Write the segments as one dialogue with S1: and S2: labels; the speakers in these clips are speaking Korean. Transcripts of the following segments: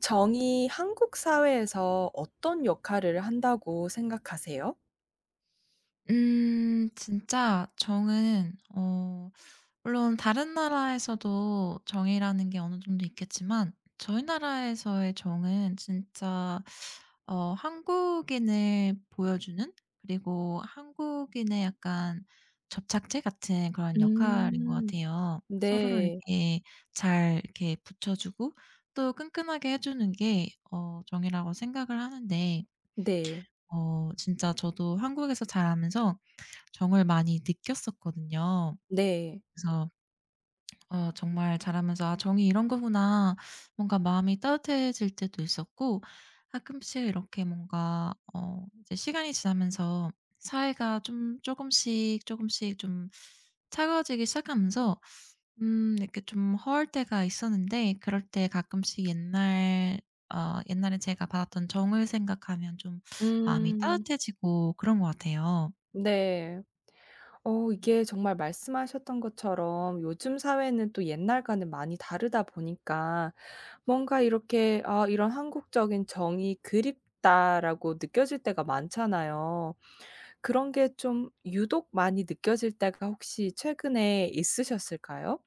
S1: 정이 한국 사회에서 어떤 역할을 한다고 생각하세요?
S2: 진짜 정은 물론 다른 나라에서도 정이라는 게 어느 정도 있겠지만 저희 나라에서의 정은 진짜 한국인을 보여주는 그리고 한국인의 약간 접착제 같은 그런 역할인 것
S1: 음.
S2: 같아요. 서로를
S1: 네.
S2: 이렇게 잘 이렇게 붙여주고 또 끈끈하게 해 주는 게 정이라고 생각을 하는데
S1: 네.
S2: 진짜 저도 한국에서 자라면서 정을 많이 느꼈었거든요.
S1: 네.
S2: 그래서 정말 자라면서 '아 정이 이런 거구나.' 뭔가 마음이 따뜻해질 때도 있었고 가끔씩 이렇게 뭔가 이제 시간이 지나면서 사이가 좀 쪼금씩, 쪼금씩 좀 차가워지기 시작하면서 이렇게 좀 허울 때가 있었는데 그럴 때 가끔씩 옛날에 제가 받았던 정을 생각하면 좀 마음이
S1: 음.
S2: 따뜻해지고 그런 것 같아요.
S1: 네. 어 이게 정말 말씀하셨던 것처럼 요즘 사회는 또 옛날과는 많이 다르다 보니까 뭔가 이렇게 '아 이런 한국적인 정이 그립다.'라고 느껴질 때가 많잖아요. 그런 게 좀 유독 많이 느껴질 때가 혹시 최근에 있으셨을까요?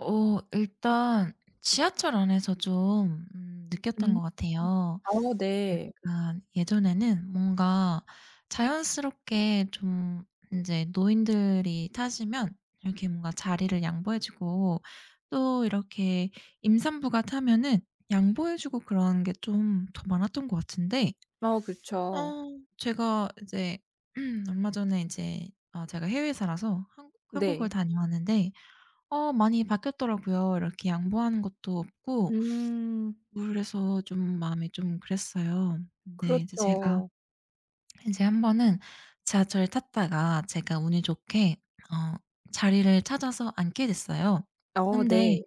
S2: 일단 지하철 안에서 좀 느꼈던
S1: 음.
S2: 것 같아요.
S1: 어 네.
S2: 약간 예전에는 뭔가 자연스럽게 좀 이제 노인들이 타시면 이렇게 뭔가 자리를 양보해 주고 또 이렇게 임산부가 타면은 양보해 주고 그런 게 좀 더 많았던 것 같은데
S1: 어
S2: 어
S1: 그쵸.
S2: 제가 이제 얼마 전에 이제 제가 해외에 살아서 한 한국을
S1: 네.
S2: 다녀왔는데 많이 바뀌었더라고요. 이렇게 양보하는 것도 없고
S1: 음.
S2: 우울해서 좀 마음이 좀 그랬어요. 근데 이제 제가
S1: 그렇죠.
S2: 이제 한 번은 지하철을 탔다가 제가 운이 좋게 어 자리를 찾아서 앉게 됐어요.
S1: 어
S2: 근데
S1: 네.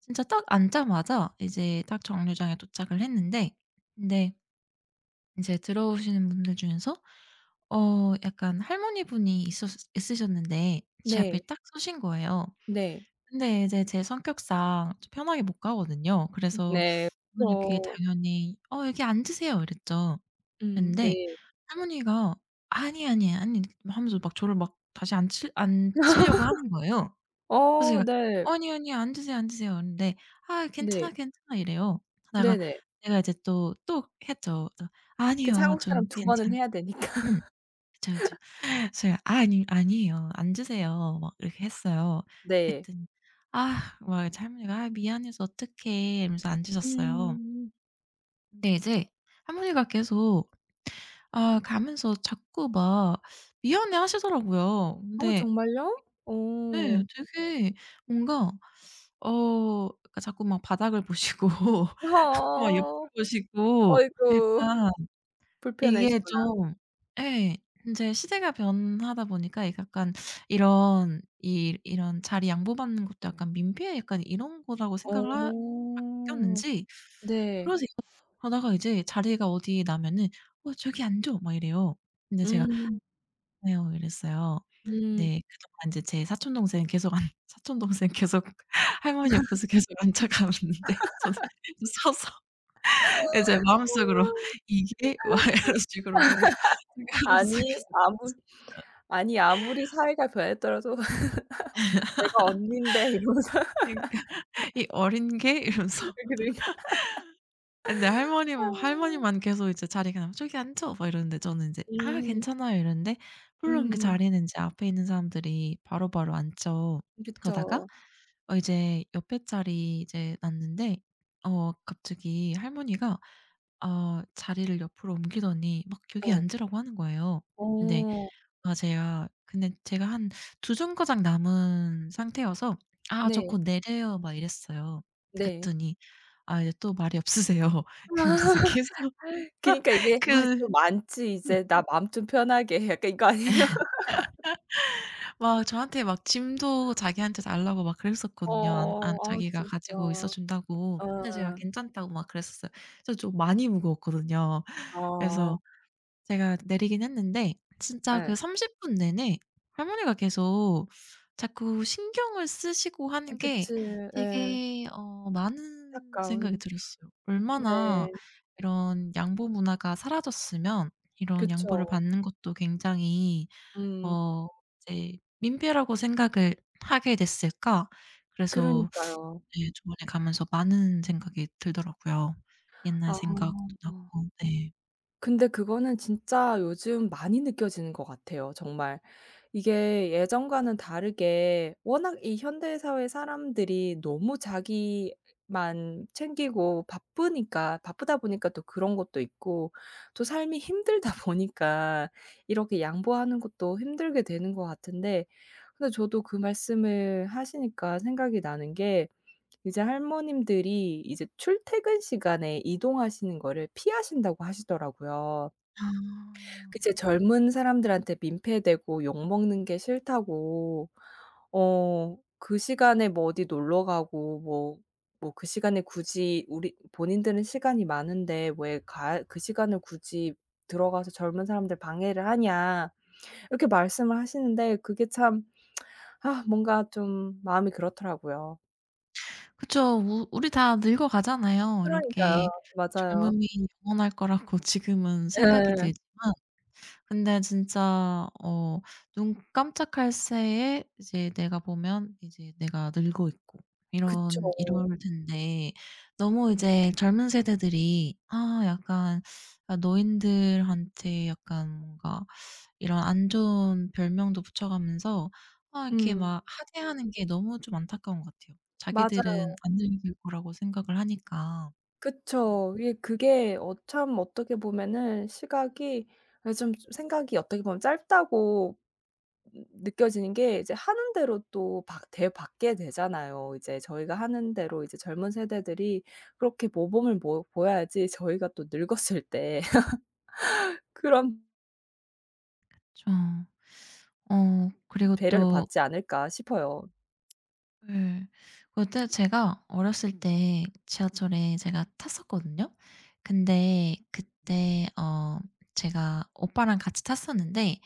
S2: 진짜 딱 앉자마자 이제 딱 정류장에 도착을 했는데 근데 이제 들어오시는 분들 중에서 약간 할머니 분이 있었으 있으셨는데 제 앞에
S1: 네.
S2: 딱 서신 거예요.
S1: 네.
S2: 근데 이제 제 성격상 좀 편하게 못 가거든요. 그래서
S1: 네.
S2: 저는 이렇게
S1: 그쵸.
S2: 당연히 "어 여기 앉으세요." 이랬죠.
S1: 네.
S2: 근데 할머니가 "아니, 아니, 아니." 하면서 막 저를 막 다시 앉히려고 하는 거예요. 그래서
S1: 어
S2: 제가
S1: 네.
S2: "어, "아니, 아니. 앉으세요, 앉으세요." 그러는데 "아
S1: 네.
S2: 괜찮아, 괜찮아." 이래요. 하다가
S1: 네네.
S2: 제가 이제 또 했죠. 그래서
S1: 그
S2: "아니요.
S1: 한국 사람
S2: 전
S1: 두 번은
S2: 괜찮"
S1: 해야 되니까.
S2: 음. 그쵸, 그쵸. 그래서 제가 "아 아니 아니에요. 앉으세요." 막 이렇게 했어요.
S1: 네.
S2: 그랬더니 "아." 막 할머니가 "아 미안해서 어떡해." 이러면서 앉으셨어요.
S1: 음.
S2: 근데 이제 할머니가 계속 가면서 자꾸 막 미안해 하시더라고요.
S1: 어
S2: 근데
S1: 정말요?
S2: 네
S1: 어.
S2: 되게 뭔가 그러니까 자꾸 막 바닥을 보시고 자꾸 막 옆을
S1: 어.
S2: 보시고
S1: 어이구
S2: 약간 이게
S1: 불편하시구나.
S2: 좀 예. 인제 시대가 변하다 보니까 이 약간 이런 자리 양보받는 것도 약간 민폐 약간 이런 거라고 생각을 하
S1: 어.
S2: 바뀌었는지
S1: 네.
S2: 그러세요. 그러다가 이제 자리가 어디 나면은 "어 저기 앉아." 막 이래요. 근데 제가
S1: 음.
S2: "아니요." 이랬어요.
S1: 음.
S2: 네. 그동안 인제 제 사촌 동생은 계속 안 사촌 동생은 계속 할머니 옆에서 계속 앉아 가는데 저는 서서 이제 마음속으로 '이게?' 막 이런 식으로 생각하면서
S1: 아니
S2: 계속 봤
S1: 아무 아니 아무리 사이가 변했더라도 "내가 언니인데." 이러면서
S2: 그러니까 '이 어린 개?' 이러면서.
S1: 그러
S2: 근데 할머님은 할머니만 계속 이제 자리에 그냥 "저기 앉아." 막 이러는데 저는 인제 "아
S1: 음.
S2: 괜찮아요." 이러는데 물론 그
S1: 음.
S2: 자리는 이제 앞에 있는 사람들이 바로바로 앉죠. 그러다가
S1: 그쵸.
S2: 이제 옆에 자리 이제 났는데 갑자기 할머니가 자리를 옆으로 옮기더니 막 "여기
S1: 예.
S2: 앉으라고." 하는 거예요. 근데
S1: 어.
S2: 맞아요. 근데 제가 한 두 정거장 남은 상태여서 "아 저
S1: 네.
S2: 곧 내려요." 막 이랬어요.
S1: 네.
S2: 그랬더니 아 이제 또 말이 없으세요. 그러면서 계속
S1: 그니까 이게 '아
S2: 그
S1: 좀 많지 이제. 나 마음 좀 편하게.' 해.' 약간 이거 아니에요?
S2: 막 저한테 막 짐도 자기한테 달라고 막 그랬었거든요. 안
S1: 어.
S2: 안
S1: 아
S2: 자기가
S1: 진짜.
S2: 가지고 있어 준다고. 근데 제가
S1: 어.
S2: 괜찮다고 막 그랬었어요. 저 좀 많이 무거웠거든요. 그래서
S1: 어.
S2: 제가 내리긴 했는데 진짜 그
S1: 예.
S2: 30분 내내 할머니가 계속 자꾸 신경을 쓰시고
S1: 아
S2: 하는 게
S1: 그치. 예.
S2: 되게 많은 생각이
S1: 안타까운.
S2: 들었어요. 얼마나
S1: 네.
S2: 이런 양보 문화가 사라졌으면 이런 양보를
S1: 그쵸.
S2: 받는 것도 굉장히
S1: 음.
S2: 어 이제 민폐라고 생각을 하게 됐을까? 그래서
S1: 그러니까요.
S2: 네 저번에 가면서 많은 생각이 들더라고요. 옛날
S1: 아.
S2: 생각도 나고. 네.
S1: 근데 그거는 진짜 요즘 많이 느껴지는 것 같아요 정말. 이게 예전과는 다르게 워낙 이 현대사회 사람들이 너무 자기만 챙기고 바쁘니까 바쁘다 보니까 또 그런 것도 있고 또 삶이 힘들다 보니까 이렇게 양보하는 것도 힘들게 되는 것 같은데 근데 저도 그 말씀을 하시니까 생각이 나는 게 이제 할머님들이 이제 출퇴근 시간에 이동하시는 거를 피하신다고 하시더라고요.
S2: 아.
S1: 그 이제 젊은 사람들한테 민폐되고 욕먹는 게 싫다고 어 그 시간에 뭐 어디 놀러 가고 뭐 뭐 그 시간에 굳이 우리 본인들은 시간이 많은데 왜 가 "그 시간을 굳이 들어가서 젊은 사람들 방해를 하냐." 이렇게 말씀을 하시는데 그게 참 아 뭔가 좀 마음이 그렇더라고요.
S2: 그쵸. 우 우리 다 늙어가잖아요.
S1: 그러니까요.
S2: 이렇게
S1: 맞아요.
S2: 젊음이 영원할 거라고 지금은 생각이
S1: 예.
S2: 들지만 근데 진짜 눈 깜짝할 새에 이제 내가 보면 이제 내가 늙어 있고
S1: 그쵸.
S2: 이런 이럴 텐데 너무 이제 젊은 세대들이 약간 노인들한테 약간 뭔가 이런 안 좋은 별명도 붙여가면서 아 이렇게
S1: 음.
S2: 막 하대하는 게 너무 좀 안타까운 것 같아요. 자기들은
S1: 맞아요.
S2: 안 늙을 거라고 생각을 하니까. 그래서
S1: 그쵸. 이게 그게 어 참 어떻게 보면은 시각이 아 좀 생각이 어떻게 보면 짧다고 느껴지는 게 이제 하는 대로 또 받 대받게 되잖아요. 이제 저희가 하는 대로 이제 젊은 세대들이 그렇게 모범을 모 보여야지 저희가 또 늙었을 때 그런
S2: 그쵸. 그리고
S1: 배려를
S2: 또
S1: 받지 않을까 싶어요.
S2: 예. 그때 제가 어렸을 때 지하철에 제가 탔었거든요. 근데 그때 제가 오빠랑 같이 탔었는데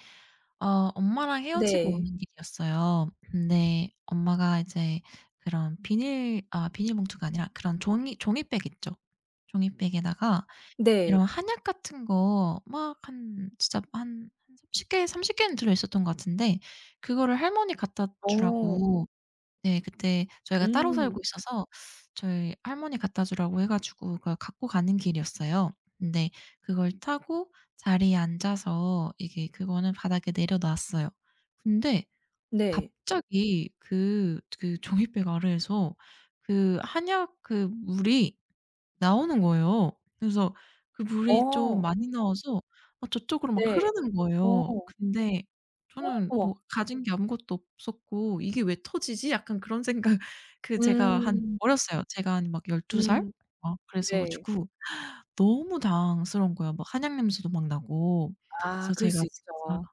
S2: 어 엄마랑 헤어지고
S1: 네.
S2: 오는 길이었어요. 근데 엄마가 이제 그런 비닐 아 비닐봉투가 아니라 그런 종이백 있죠. 종이백에다가
S1: 네.
S2: 이런 한약 같은 거 막 한 진짜 한 삼십 개30 개는 들어 있었던 것 같은데 그거를 할머니 갖다
S1: 어.
S2: 주라고 네. 그때 저희가 따로 살고
S1: 음.
S2: 있어서 저희 할머니 갖다 주라고 해 가지고 그걸 갖고 가는 길이었어요. 근데 그걸 타고 자리에 앉아서 이게 그거는 바닥에 내려 놨어요. 근데
S1: 네.
S2: 갑자기 그 그 종잇백 아래에서 그 한약 그 물이 나오는 거예요. 그래서 그 물이 좀
S1: 어.
S2: 많이 나와서 막 저쪽으로 막
S1: 네.
S2: 흐르는
S1: 어.
S2: 거예요. 근데 저는
S1: 어머.
S2: 뭐 가진 게 아무것도 없었고 '이게 왜 터지지?' 약간 그런 생각 그 제가 한
S1: 음.
S2: 어렸어요. 제가 한 막 12 살?
S1: 음.
S2: 막 그래서
S1: 네.
S2: 가지고 너무 당스러운 거예요. 막 한약 냄새도 막 나고. 그래서
S1: 아 그럴
S2: 제가
S1: 수
S2: 진짜
S1: 있죠.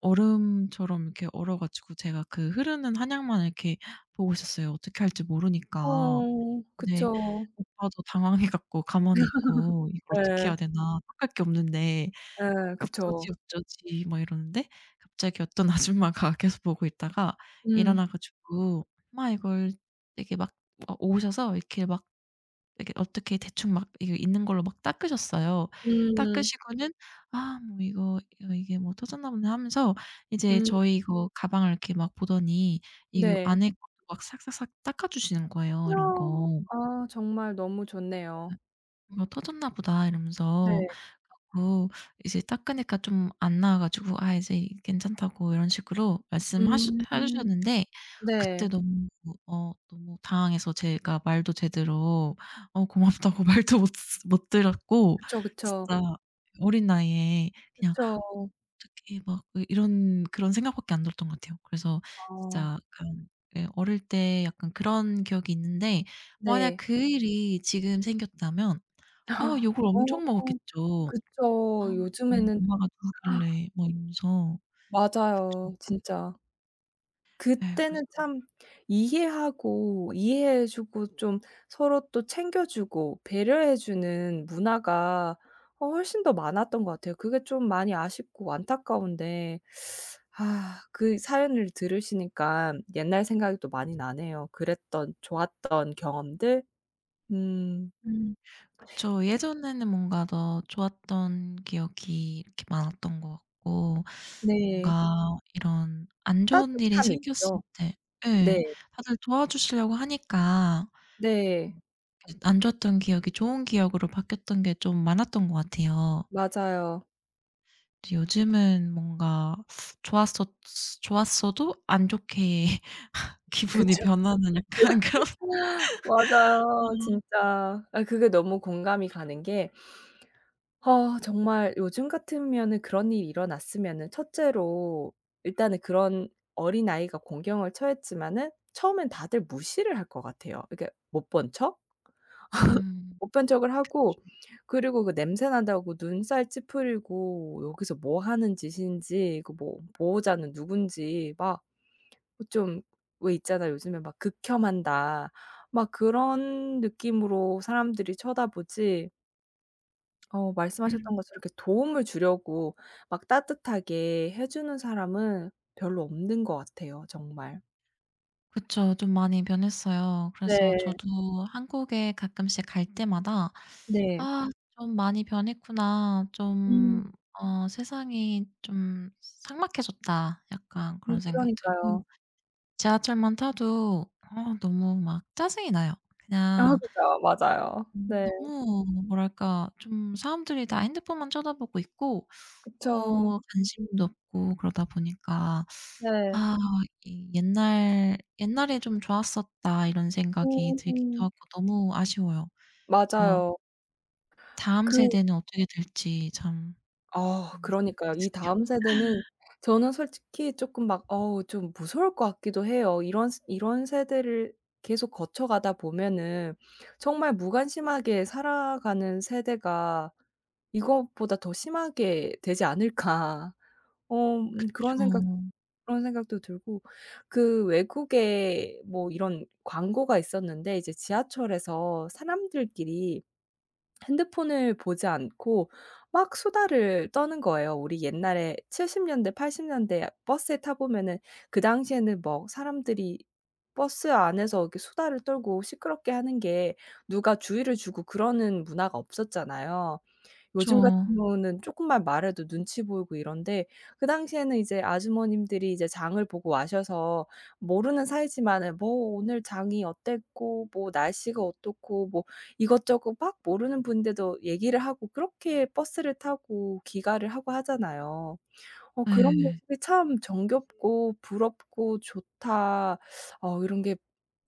S2: 얼음처럼 이렇게 얼어 가지고 제가 그 흐르는 한약만 이렇게 보고 있었어요 어떻게 할지 모르니까.
S1: 어
S2: 네.
S1: 그쵸.
S2: 오빠도 당황해 갖고 가만히 있고 '이걸 어떻게
S1: 예.
S2: 해야 되나. 닦을 게 없는데
S1: 예
S2: 그러니까
S1: 그쵸.
S2: 어쩌지, 어쩌지.' 막 이러는데 갑자기 어떤 아줌마가 계속 보고 있다가
S1: 음.
S2: 일어나 가지고 막 이걸 되게 막 오셔서 이렇게 막 이렇게 어떻게 대충 막 이게 있는 걸로 막 닦으셨어요.
S1: 음.
S2: 닦으시고는 '아 뭐 이거 이거 이게 뭐 터졌나 보네.' 하면서 이제
S1: 음
S2: 저희 이거 가방을 이렇게 막 보더니 이
S1: 네.
S2: 안에 것도 막 싹싹싹 닦아 주시는 거예요,
S1: 어.
S2: 이런 거.
S1: 아 정말 너무 좋네요.
S2: 뭐 '터졌나 보다.' 이러면서
S1: 네.
S2: 자고 이제 닦으니까 좀 안 나와 가지고 "아 이제 괜찮다."고 이런 식으로 말씀하셨 해
S1: 음.
S2: 주셨는데
S1: 네.
S2: 그때 너무 너무 당황해서 제가 말도 제대로 고맙다고 말도 못 드렸고
S1: 그쵸, 그쵸.
S2: 진짜 어린 나이에 그냥
S1: 그쵸.
S2: '어 어떡해.' 막 이 이런 그런 생각밖에 안 들었던 것 같아요. 그래서 진짜
S1: 어
S2: 약간 예 어릴 때 약간 그런 기억이 있는데 만약
S1: 네.
S2: 그 일이 지금 생겼다면 아 욕을
S1: 어
S2: 엄청 먹었겠죠.
S1: 그쵸.
S2: 아 네
S1: 요즘에는
S2: 엄마가 누구길래 뭐 이러면서. 그쵸.
S1: 맞아요. 진짜.
S2: 예 그래서
S1: 그때는 참 이해하고 이해해 주고 좀 서로 또 챙겨 주고 배려해 주는 문화가 어 훨씬 더 많았던 것 같아요. 그게 좀 많이 아쉽고 안타까운데 아 그 사연을 들으시니까 옛날 생각이 또 많이 나네요. 그랬던 좋았던 경험들. 음
S2: 음 그쵸. 예전에는 뭔가 더 좋았던 기억이 이렇게 많았던 것 같고
S1: 네.
S2: 뭔가 이런 안 좋은 일이
S1: 따뜻함이
S2: 생겼을
S1: 있죠.
S2: 때 예
S1: 네.
S2: 다들 도와주시려고 하니까 어
S1: 네.
S2: 이안 좋았던 기억이 좋은 기억으로 바뀌었던 게 좀 많았던 것 같아요.
S1: 맞아요.
S2: 이제 요즘은 뭔가 좋았었 좋았어도 안 좋게 기분이
S1: 그쵸.
S2: 변하는 약간 그런
S1: 맞아요.
S2: 어.
S1: 진짜. 아 그게 너무 공감이 가는 게 아 정말 요즘 같으면은 그런 일이 일어났으면은 첫째로 일단은 그런 어린아이가 공경을 처했지만은 처음엔 다들 무시를 할 것 같아요. 이게 못 본 척?
S2: 음.
S1: 못 본 척을 하고 그리고 그 냄새 난다고 눈살 찌푸리고 여기서 뭐 하는 짓인지 그 뭐 보호자는 누군지 막 좀 왜 있잖아요. 요즘에 막 극혐한다. 막 그런 느낌으로 사람들이 쳐다보지 어 말씀하셨던
S2: 음.
S1: 것처럼 이렇게 도움을 주려고 막 따뜻하게 해 주는 사람은 별로 없는 것 같아요 정말.
S2: 그쵸. 좀 많이 변했어요.
S1: 네.
S2: 그래서 저도 한국에 가끔씩 갈 때마다
S1: 네.
S2: '아 네. 좀 많이 변했구나.
S1: 음.
S2: 좀 세상이 좀 삭막해졌다.' 약간 그런 생각 들고
S1: 그러니까요.
S2: 지하철만 타도 아 너무 막 짜증이 나요.
S1: 아
S2: 그냥
S1: 그죠. 맞아요. 네.
S2: 너무 뭐랄까 좀 사람들이 다 핸드폰만 쳐다보고 있고
S1: 그쵸.
S2: 뭐 관심도 없고 그러다 보니까
S1: 네.
S2: '아 이 옛날에 좀 좋았었다.' 이런 생각이 들기도
S1: 음음.
S2: 하고 너무 아쉬워요. 그래서
S1: 맞아요.
S2: 다음
S1: 그
S2: 세대는 어떻게 될지 참
S1: 아
S2: 많은
S1: 그러니까요.
S2: 생각이
S1: 이
S2: 드네요.
S1: 다음 세대는 저는 솔직히 조금 막 어우 좀 무서울 것 같기도 해요. 이런 세대를 계속 거쳐가다 보면은 정말 무관심하게 살아가는 세대가 '이것보다 더 심하게 되지 않을까.' 어 음, 그런
S2: 그쵸.
S1: 생각 그런 생각도 들고 그 외국에 뭐 이런 광고가 있었는데 이제 지하철에서 사람들끼리 핸드폰을 보지 않고 막 수다를 떠는 거예요. 우리 옛날에 70년대 80년대 버스에 타 보면은 그 당시에는 뭐 사람들이 버스 안에서 이렇게 수다를 떨고 시끄럽게 하는 게 누가 주의를 주고 그러는 문화가 없었잖아요.
S2: 그쵸.
S1: 요즘 같은 경우는 조금만 말해도 눈치 보이고 이런데 그 당시에는 이제 아주머님들이 이제 장을 보고 와셔서 모르는 사이지만은 뭐 오늘 장이 어땠고 뭐 날씨가 어떻고 뭐 이것저것 막 모르는 분인데도 얘기를 하고 그렇게 버스를 타고 귀가를 하고 하잖아요. 어 그런
S2: 예.
S1: 모습이 참 정겹고 부럽고 좋다. 어 이런 게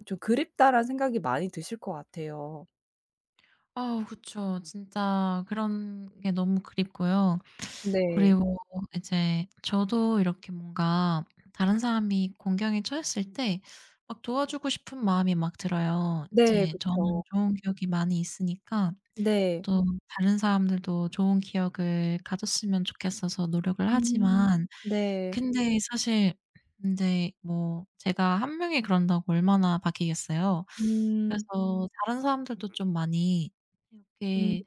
S1: 좀 '그립다.'라는 생각이 많이 드실 것 같아요.
S2: 아 그쵸. 진짜 그런 게 너무 그립고요.
S1: 네.
S2: 그리고 이제 저도 이렇게 뭔가 다른 사람이 공경에 처했을 때 막 도와주고 싶은 마음이 막 들어요.
S1: 네.
S2: 이제 저는
S1: 그쵸.
S2: 좋은 기억이 많이 있으니까
S1: 네.
S2: 또 다른 사람들도 좋은 기억을 가졌으면 좋겠어서 노력을
S1: 음.
S2: 하지만
S1: 네.
S2: 근데 사실 인제 뭐 제가 한 명이 그런다고 얼마나 바뀌겠어요.
S1: 음.
S2: 그래서 다른 사람들도 좀 많이
S1: 음.
S2: 이렇게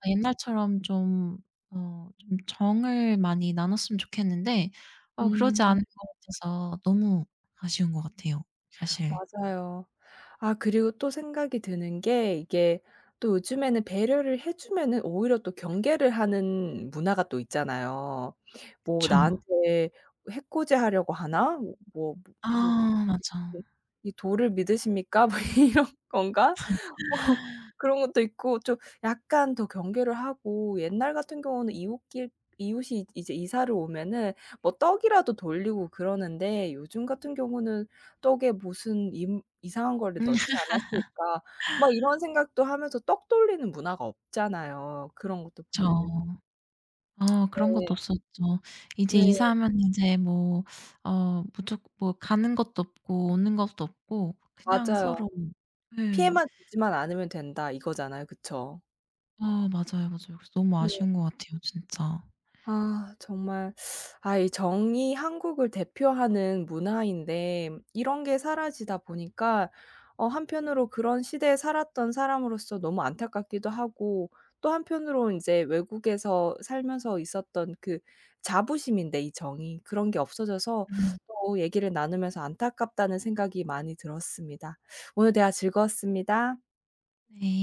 S2: 아 옛날처럼 좀 좀 정을 많이 나눴으면 좋겠는데
S1: 음.
S2: 그러지 않은 것 같아서 너무 아쉬운 것 같아요 사실.
S1: 맞아요. 아 그리고 또 생각이 드는 게 이게 또 요즘에는 배려를 해 주면은 오히려 또 경계를 하는 문화가 또 있잖아요. 뭐
S2: 그쵸.
S1: 나한테 해코지하려고 하나? 뭐 뭐
S2: 아
S1: 뭐
S2: 맞아.
S1: 이 "도를 믿으십니까?" 뭐 이런 건가? 어 그런 것도 있고 좀 약간 더 경계를 하고 옛날 같은 경우는 이웃길 이웃이 이제 이사를 오면은 뭐 떡이라도 돌리고 그러는데 요즘 같은 경우는 '떡에 무슨 임 이상한 거를
S2: 음
S1: 넣지 않았을까?' 막 이런 생각도 하면서 떡 돌리는 문화가 없잖아요. 그런 것도
S2: 그쵸.
S1: 보면은.
S2: 그런 것도
S1: 네.
S2: 없었죠. 이제
S1: 네.
S2: 이사하면 인제 뭐 무조 뭐 가는 것도 없고 오는 것도 없고 그냥
S1: 맞아요.
S2: 서로 예.
S1: 피해만 주지만 않으면 된다 이거잖아요. 그쵸?
S2: 아 맞아요, 맞아요. 그래서 너무 아쉬운 것 같아요 진짜.
S1: 아 정말 아 이 정이 한국을 대표하는 문화인데 이런 게 사라지다 보니까 어 한편으로 그런 시대에 살았던 사람으로서 너무 안타깝기도 하고 또 한편으로는 제 외국에서 살면서 있었던 그 자부심인데 이 정이 그런 게 없어져서
S2: 음.
S1: 또 얘기를 나누면서 안타깝다는 생각이 많이 들었습니다. 오늘 대화 즐거웠습니다.
S2: 네.